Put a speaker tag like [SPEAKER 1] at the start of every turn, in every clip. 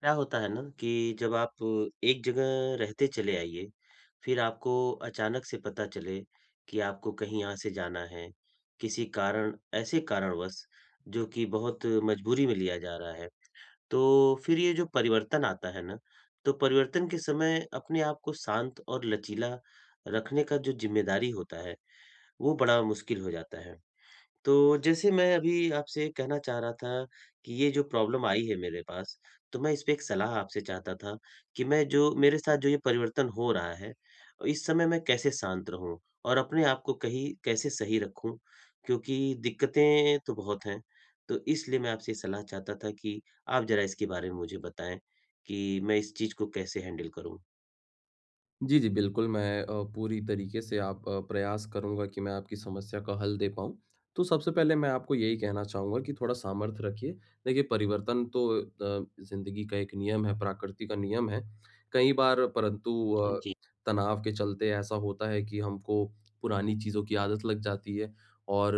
[SPEAKER 1] क्या होता है ना कि जब आप एक जगह रहते चले आइए, फिर आपको अचानक से पता चले कि आपको कहीं यहाँ से जाना है, किसी कारण ऐसे कारणवश जो कि बहुत मजबूरी में लिया जा रहा है। तो फिर ये जो परिवर्तन आता है ना, तो परिवर्तन के समय अपने आप को शांत और लचीला रखने का जो जिम्मेदारी होता है, वो बड़ा मुश्किल हो जाता है। तो जैसे मैं अभी आपसे कहना चाह रहा था कि ये जो प्रॉब्लम आई है मेरे पास, तो मैं इस पे एक सलाह आपसे चाहता था कि मैं जो मेरे साथ जो ये परिवर्तन हो रहा है, इस समय मैं कैसे शांत रहूँ और अपने आप को कहीं कैसे सही रखूँ? क्योंकि दिक्कतें तो बहुत हैं, तो इसलिए मैं आपसे सलाह चाहता था कि आप ज़रा इसके बारे में मुझे बताएँ कि मैं इस चीज़ को कैसे हैंडल करूँ?
[SPEAKER 2] जी, जी, बिल्कुल, मैं पूरी तरीके से आप प्रयास करूँगा कि मैं आपकी समस्या का हल दे पाऊँ। तो सबसे पहले मैं आपको यही कहना चाहूँगा कि थोड़ा सामर्थ्य रखिए। देखिए, परिवर्तन तो ज़िंदगी का एक नियम है, प्रकृति का नियम है। कई बार परंतु
[SPEAKER 1] जी,
[SPEAKER 2] तनाव के चलते ऐसा होता है कि हमको पुरानी चीज़ों की आदत लग जाती है और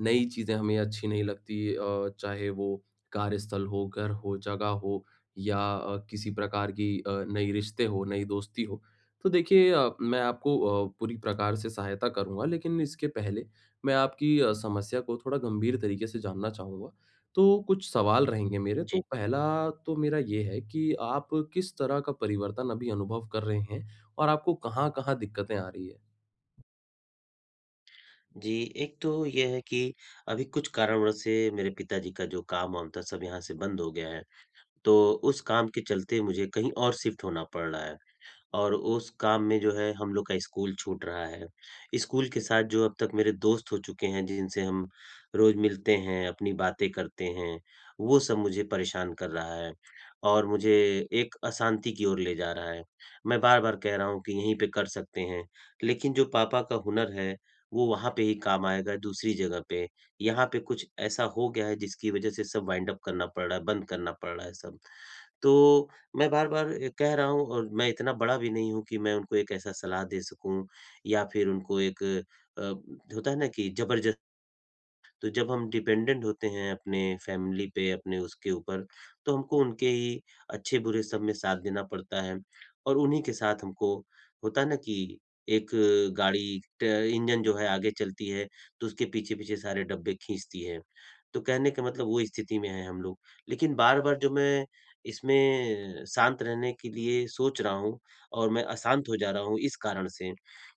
[SPEAKER 2] नई चीज़ें हमें अच्छी नहीं लगती चाहे वो कार्यस्थल हो, घर हो, जगह हो या किसी प्रकार की नई रिश्ते हो, नई दोस्ती हो। तो देखिए मैं आपको पूरी प्रकार से सहायता करूँगा लेकिन इसके पहले मैं आपकी समस्या को थोड़ा गंभीर तरीके से जानना चाहूँगा। तो कुछ सवाल रहेंगे मेरे, तो
[SPEAKER 1] जी।
[SPEAKER 2] पहला तो मेरा ये है कि आप किस तरह का परिवर्तन अभी अनुभव कर रहे हैं और आपको कहाँ-कहाँ दिक्कतें आ रही है?
[SPEAKER 1] जी, एक तो ये है कि अभी कुछ कारणवश से मेरे पिताजी का जो काम-वाम था सब यहाँ से बंद हो गया है। तो उस काम के चलते मुझे कहीं और शिफ्ट होना पड़ रहा है। और उस काम में जो है हम लोग का स्कूल छूट रहा है। स्कूल के साथ जो अब तक मेरे दोस्त हो चुके हैं, जिनसे हम रोज़ मिलते हैं, अपनी बातें करते हैं, वो सब मुझे परेशान कर रहा है और मुझे एक अशांति की ओर ले जा रहा है। मैं बार-बार कह रहा हूँ कि यहीं पे कर सकते हैं, लेकिन जो पापा का हुनर है, वो वहाँ पे ही काम आएगा दूसरी जगह पे। यहाँ पे कुछ ऐसा हो गया है जिसकी वज़ह से सब वाइंड अप करना पड़ रहा है, बंद करना पड़ रहा है सब। तो मैं बार-बार कह रहा हूँ और मैं इतना बड़ा भी नहीं हूँ कि मैं उनको एक ऐसा सलाह दे सकूँ या फिर उनको एक होता है ना कि ज़बरदस्ती। तो जब हम डिपेंडेंट होते हैं अपने फैमिली पे, अपने उसके ऊपर, तो हमको उनके ही अच्छे-बुरे सब में साथ देना पड़ता है और उन्हीं के साथ हमको होता है ना कि एक गाड़ी ट इंजन जो है आगे चलती है, तो उसके पीछे-पीछे सारे डब्बे खींचती है। तो कहने का मतलब वो स्थिति में हैं हम लोग। लेकिन बार-बार जो मैं इसमें शांत रहने के लिए सोच रहा हूँ और मैं अशांत हो जा रहा हूँ इस कारण से,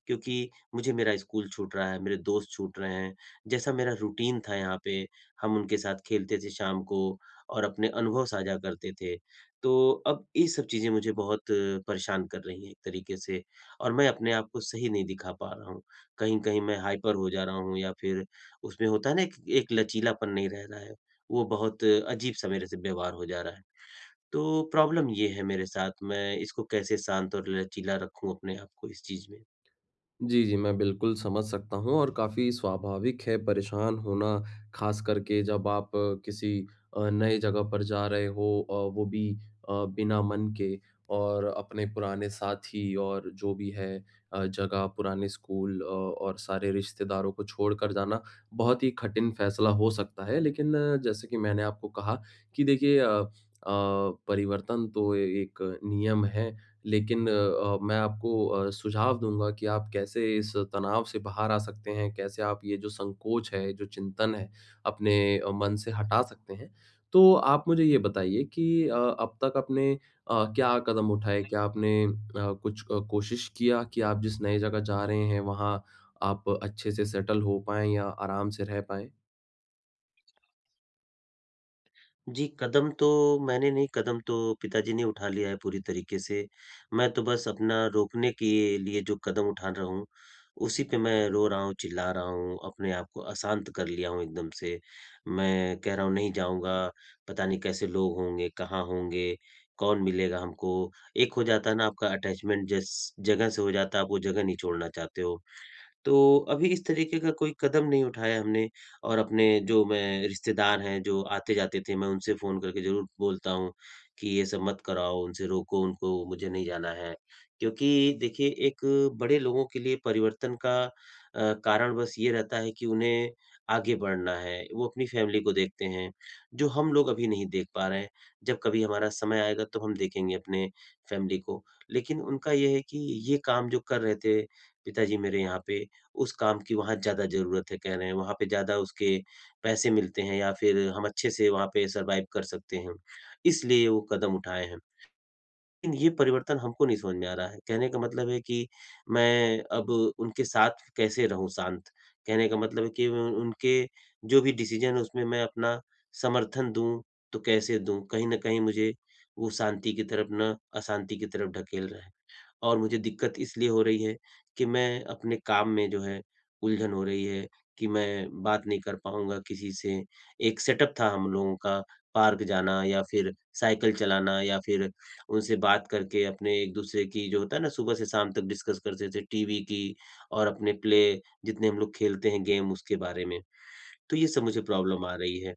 [SPEAKER 1] क्योंकि मुझे मेरा स्कूल छूट रहा है, मेरे दोस्त छूट रहे हैं। जैसा मेरा रूटीन था यहाँ पे, हम उनके साथ खेलते थे शाम को और अपने अनुभव साझा करते थे। तो अब ये सब चीज़ें मुझे बहुत परेशान कर रही हैं एक तरीके से और मैं अपने आप को सही नहीं दिखा पा रहा हूँ। कहीं-कहीं मैं हाइपर हो जा रहा हूँ या फिर उसमें होता है ना एक एक लचीलापन नहीं रह रहा है, वो बहुत अजीब-सा मेरे से व्यवहार हो जा रहा है। तो प्रॉब्लम ये है मेरे साथ, मैं इसको कैसे शांत और लचीला रखूँ अपने आप को इस चीज़ में?
[SPEAKER 2] जी, जी, मैं बिल्कुल समझ सकता हूँ और काफ़ी स्वाभाविक है परेशान होना, ख़ास करके जब आप किसी नए जगह पर जा रहे हो और वो भी बिना मन के और अपने पुराने साथी और जो भी है जगह, पुराने स्कूल और सारे रिश्तेदारों को छोड़कर जाना बहुत ही कठिन फ़ैसला हो सकता है। लेकिन जैसे कि मैंने आपको कहा कि देखिए अ, परिवर्तन तो एक नियम है लेकिन मैं आपको सुझाव दूँगा कि आप कैसे इस तनाव से बाहर आ सकते हैं, कैसे आप ये जो संकोच है, जो चिंतन है, अपने मन से हटा सकते हैं। तो आप मुझे ये बताइए कि अब तक आपने क्या कदम उठाए? क्या आपने कुछ कोशिश किया कि आप जिस नई जगह जा रहे हैं, वहाँ आप अच्छे से सेटल हो पाएँ या आराम से रह पाएँ?
[SPEAKER 1] जी, कदम तो मैंने नहीं, कदम तो पिताजी ने उठा लिया है पूरी तरीके से। मैं तो बस अपना रोकने के लिए जो कदम उठा रहा हूँ, उसी पे मैं रो रहा हूँ, चिल्ला रहा हूँ, अपने आप को अशांत कर लिया हूँ एकदम से। मैं कह रहा हूँ नहीं जाऊँगा, पता नहीं कैसे लोग होंगे, कहाँ होंगे, कौन मिलेगा हमको। एक हो जाता है ना आपका अटैचमेंट जिस जगह से हो जाता है, आप वो जगह नहीं छोड़ना चाहते हो। तो अभी इस तरीके का कोई कदम नहीं उठाया हमने और अपने जो मैं रिश्तेदार हैं, जो आते-जाते थे, मैं उनसे फ़ोन करके ज़रूर बोलता हूँ कि ये सब मत कराओ, उनसे रोको उनको, मुझे नहीं जाना है। क्योंकि देखिए एक बड़े लोगों के लिए परिवर्तन का कारण बस ये रहता है कि उन्हें आगे बढ़ना है, वो अपनी फ़ैमिली को देखते हैं, जो हम लोग अभी नहीं देख पा रहे हैं। जब कभी हमारा समय आएगा तो हम देखेंगे अपने फ़ैमिली को। लेकिन उनका ये है कि ये काम जो कर रहे थे पिताजी मेरे यहाँ पे, उस काम की वहाँ ज़्यादा ज़रूरत है कह रहे हैं, वहाँ पे ज़्यादा उसके पैसे मिलते हैं या फिर हम अच्छे से वहाँ पे सर्वाइव कर सकते हैं, इसलिए वो कदम उठाए हैं। लेकिन ये परिवर्तन हमको नहीं समझ में आ रहा है, कहने का मतलब है कि मैं अब उनके साथ कैसे रहूँ शांत? कहने का मतलब है कि उन उनके जो भी डिसीज़न है उसमें मैं अपना समर्थन दूँ, तो कैसे दूँ? कहीं न कहीं मुझे वो शांति की तरफ ना अशांति की तरफ ढकेल रहा है। और मुझे दिक्कत इसलिए हो रही है कि मैं अपने काम में जो है उलझन हो रही है कि मैं बात नहीं कर पाऊँगा किसी से। एक सेटअप था हम लोगों का पार्क जाना या फिर साइकिल चलाना या फिर उनसे बात करके अपने एक-दूसरे की जो होता है ना सुबह से शाम तक डिस्कस करते थे टीवी की और अपने प्ले जितने हम लोग खेलते हैं गेम उसके बारे में। तो ये सब मुझे प्रॉब्लम आ रही है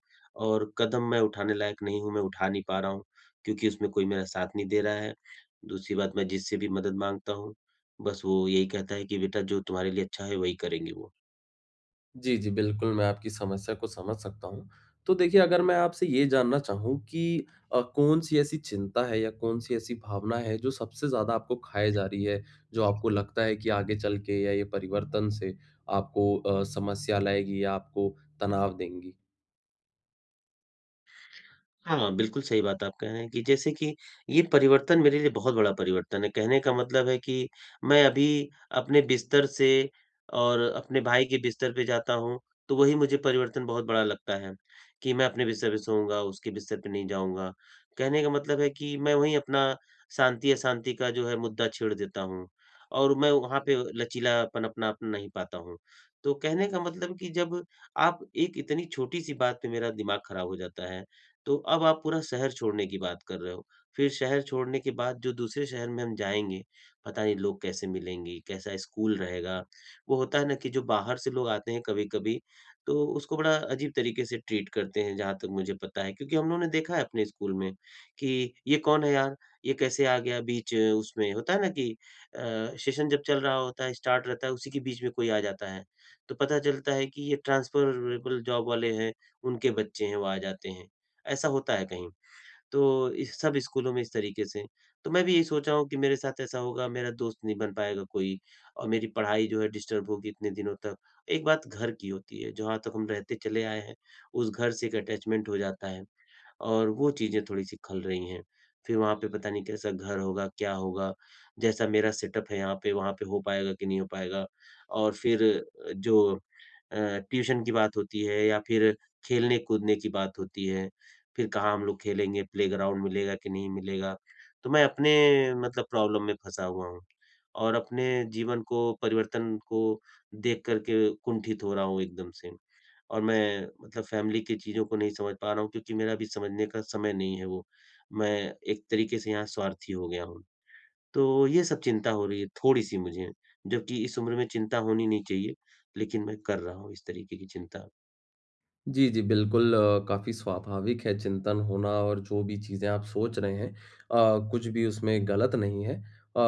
[SPEAKER 1] और कदम मैं उठाने लायक नहीं हूँ, मैं उठा नहीं पा रहा हूँ, क्योंकि उसमें कोई मेरा साथ नहीं दे रहा है। दूसरी बात मैं जिससे भी मदद माँगता हूँ, बस वो यही कहता है कि बेटा जो तुम्हारे लिए अच्छा है वही करेंगे वो।
[SPEAKER 2] जी, जी, बिल्कुल, मैं आपकी समस्या को समझ सकता हूँ। तो देखिए, अगर मैं आपसे ये जानना चाहूँ कि कौन-सी ऐसी चिंता है या कौन-सी ऐसी भावना है, जो सबसे ज़्यादा आपको खाए जा रही है? जो आपको लगता है कि आगे चल के या ये परिवर्तन से आपको समस्या लाएगी या आपको तनाव देंगी?
[SPEAKER 1] हाँ, बिल्कुल सही बात आप कह रहे हैं कि जैसे कि ये परिवर्तन मेरे लिए बहुत बड़ा परिवर्तन है। कहने का मतलब है कि मैं अभी अपने बिस्तर से और अपने भाई के बिस्तर पे जाता हूँ, तो वही मुझे परिवर्तन बहुत बड़ा लगता है, कि मैं अपने बिस्तर पे सोऊँगा, उसके बिस्तर पे नहीं जाऊँगा। कहने का मतलब है कि मैं वहीं अपना शांति-अशांति का जो है मुद्दा छेड़ देता हूँ और मैं वहाँ पे लचीलापन अपना अपना नहीं पाता हूँ। तो कहने का मतलब कि जब आप एक इतनी छोटी-सी बात पे मेरा दिमाग खराब हो जाता है तो अब आप पूरा शहर छोड़ने की बात कर रहे हो। फिर शहर छोड़ने के बाद जो दूसरे शहर में हम जाएँगे, पता नहीं लोग कैसे मिलेंगे, कैसा स्कूल रहेगा। वो होता है ना कि जो बाहर से लोग आते हैं कभी-कभी, तो उसको बड़ा अजीब तरीके से ट्रीट करते हैं जहाँ तक मुझे पता है। क्योंकि हम लोगों ने देखा है अपने स्कूल में कि ये कौन है यार? ये कैसे आ गया बीच उसमें? होता है ना कि अ, सेशन जब चल रहा होता है, स्टार्ट रहता है, उसी के बीच में कोई आ जाता है। तो पता चलता है कि ये ट्रांसफरेबल जॉब वाले हैं, उनके बच्चे हैं, वो आ जाते हैं। ऐसा होता है कहीं, तो इस सब स्कूलों में इस तरीके से। तो मैं भी यही सोच रहा हूँ कि मेरे साथ ऐसा होगा, मेरा दोस्त नहीं बन पाएगा कोई और मेरी पढ़ाई जो है डिस्टर्ब होगी इतने दिनों तक। एक बात घर की होती है, जहाँ तक हम रहते चले आए हैं, उस घर से एक अटैचमेंट हो जाता है। और वो चीज़ें थोड़ी-सी खल रही हैं। फिर वहाँ पे पता नहीं कैसा घर होगा, क्या होगा, जैसा मेरा सेटअप है यहाँ पे, वहाँ पे हो पाएगा कि नहीं हो पाएगा। और फिर जो अ, ट्यूशन की बात होती है या फिर खेलने-कूदने की बात होती है, फिर कहाँ हम लोग खेलेंगे, प्लेग्राउंड मिलेगा कि नहीं मिलेगा। तो मैं अपने मतलब प्रॉब्लम में फँसा हुआ हूँ और अपने जीवन को परिवर्तन को देख कर के कुंठित हो रहा हूँ एकदम से। और मैं मतलब फ़ैमिली की चीज़ों को नहीं समझ पा रहा हूँ क्योंकि मेरा अभी समझने का समय नहीं है वो। मैं एक तरीके से यहाँ स्वार्थी हो गया हूँ। तो ये सब चिंता हो रही है थोड़ी-सी मुझे, जबकि इस उम्र में चिंता होनी नहीं चाहिए, लेकिन मैं कर रहा हूँ इस तरीके की चिंता।
[SPEAKER 2] जी, जी, बिल्कुल काफ़ी स्वाभाविक है चिंतन होना और जो भी चीज़ें आप सोच रहे हैं कुछ भी उसमें गलत नहीं है। अ,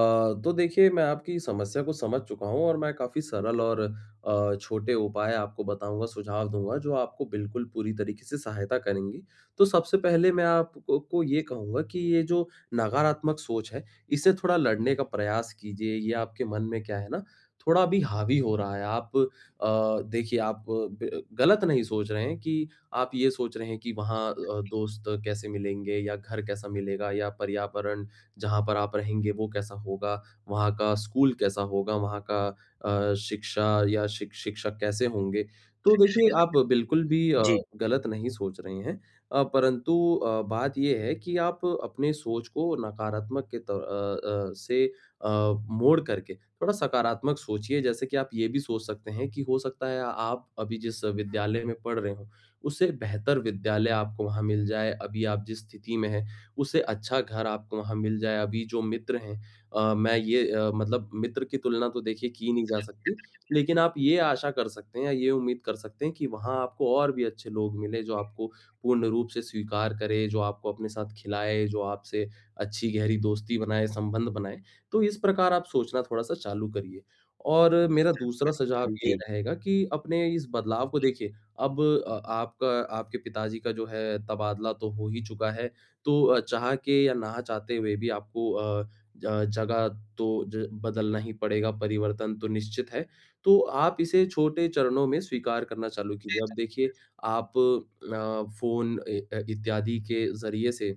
[SPEAKER 2] तो देखिए मैं आपकी समस्या को समझ चुका हूँ और मैं काफ़ी सरल और छोटे उपाय आपको बताऊँगा, सुझाव दूँगा जो आपको बिल्कुल पूरी तरीके से सहायता करेंगी। तो सबसे पहले मैं आपको को ये कहूँगा कि ये जो नकारात्मक सोच है, इससे थोड़ा लड़ने का प्रयास कीजिए। ये आपके मन में क्या है ना, थोड़ा अभी हावी हो रहा है। आप देखिए आप ब गलत नहीं सोच रहे हैं कि आप ये सोच रहे हैं कि वहाँ दोस्त कैसे मिलेंगे या घर कैसा मिलेगा या पर्यावरण जहाँ पर आप रहेंगे वो कैसा होगा, वहाँ का स्कूल कैसा होगा, वहाँ का शिक्षा या शिक्षक कैसे होंगे। तो देखिए आप बिल्कुल भी
[SPEAKER 1] जी,
[SPEAKER 2] गलत नहीं सोच रहे हैं परंतु बात ये है कि आप अपने सोच को नकारात्मक के से अ, मोड़ करके थोड़ा सकारात्मक सोचिए जैसे कि आप ये भी सोच सकते हैं कि हो सकता है आप अभी जिस विद्यालय में पढ़ रहे हो उससे बेहतर विद्यालय आपको वहाँ मिल जाए अभी आप जिस स्थिति में हैं उससे अच्छा घर आपको वहाँ मिल जाए अभी जो मित्र हैं मैं ये मतलब मित्र की तुलना तो देखिए की नहीं जा सकती लेकिन आप ये आशा कर सकते हैं या ये उम्मीद कर सकते हैं कि वहाँ आपको और भी अच्छे लोग मिले जो आपको पूर्ण रूप से स्वीकार करे जो आपको अपने साथ खिलाए जो आपसे अच्छी गहरी दोस्ती बनाए संबंध बनाए तो इस प्रकार आप सोचना थोड़ा-सा चालू करिए। और मेरा दूसरा सुझाव ये
[SPEAKER 1] जी।
[SPEAKER 2] रहेगा कि अपने इस बदलाव को देखिए अब आपका आपके पिताजी का जो है तबादला तो हो ही चुका है, तो चाह के या ना चाहते हुए भी आपको ज जगह तो ज बदलना ही पड़ेगा, परिवर्तन तो निश्चित है। तो आप इसे छोटे चरणों में स्वीकार करना चालू कीजिए। अब देखिए आप फ़ोन इत्यादि के ज़रिए से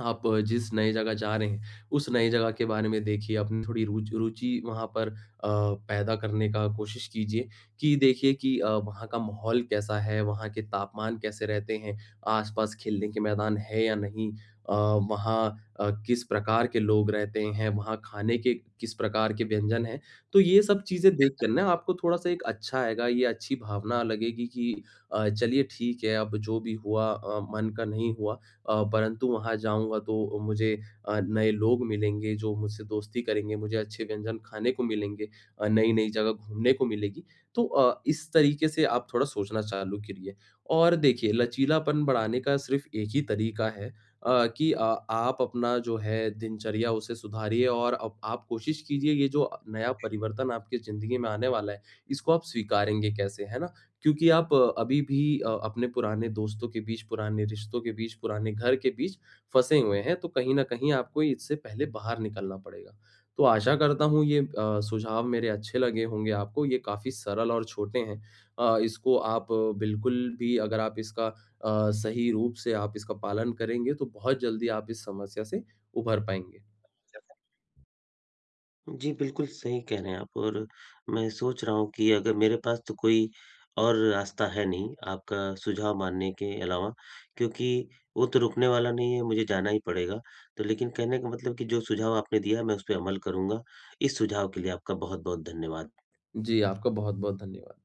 [SPEAKER 2] आप जिस नई जगह जा रहे हैं, उस नई जगह के बारे में देखिए, अपनी थोड़ी रुचि वहाँ पर पैदा करने का कोशिश कीजिए कि देखिए कि वहाँ का माहौल कैसा है, वहाँ के तापमान कैसे रहते हैं, आस-पास खेलने के मैदान है या नहीं? अ, वहाँ किस प्रकार के लोग रहते हैं, वहाँ खाने के किस प्रकार के व्यंजन हैं? तो ये सब चीज़ें देखकर ना आपको थोड़ा-सा एक अच्छा आएगा, ये अच्छी भावना लगेगी कि चलिए ठीक है, अब जो भी हुआ मन का नहीं हुआ परंतु वहाँ जाऊँगा तो मुझे नए लोग मिलेंगे जो मुझसे दोस्ती करेंगे, मुझे अच्छे व्यंजन खाने को मिलेंगे नई-नई जगह घूमने को मिलेगी। तो इस तरीके से आप थोड़ा सोचना चालू करिए। और देखिए लचीलापन बढ़ाने का सिर्फ़ एक ही तरीका है कि आप अपना जो है दिनचर्या उसे सुधारिए और अब आप कोशिश कीजिए ये जो नया परिवर्तन आपकी ज़िंदगी में आने वाला है, इसको आप स्वीकारेंगे कैसे, है ना? क्योंकि आप अभी भी अपने पुराने दोस्तों के बीच, पुराने रिश्तों के बीच, पुराने घर के बीच फँसे हुए हैं, तो कहीं न कहीं आपको इससे पहले बाहर निकलना पड़ेगा। तो आशा करता हूँ ये सुझाव मेरे अच्छे लगे होंगे आपको, ये काफ़ी सरल और छोटे हैं। इसको आप बिल्कुल भी अगर आप इसका सही रूप से आप इसका पालन करेंगे, तो बहुत जल्दी आप इस समस्या से उभर पाएँगे।
[SPEAKER 1] जी, बिल्कुल सही कह रहे हैं आप और मैं सोच रहा हूँ कि अगर मेरे पास तो कोई और रास्ता है नहीं, आपका सुझाव मानने के अलावा, क्योंकि वो तो रुकने वाला नहीं है, मुझे जाना ही पड़ेगा। तो लेकिन कहने का मतलब कि जो सुझाव आपने दिया, मैं उस पे अमल करूँगा। इस सुझाव के लिए आपका बहुत-बहुत धन्यवाद।
[SPEAKER 2] जी, आपका बहुत-बहुत धन्यवाद।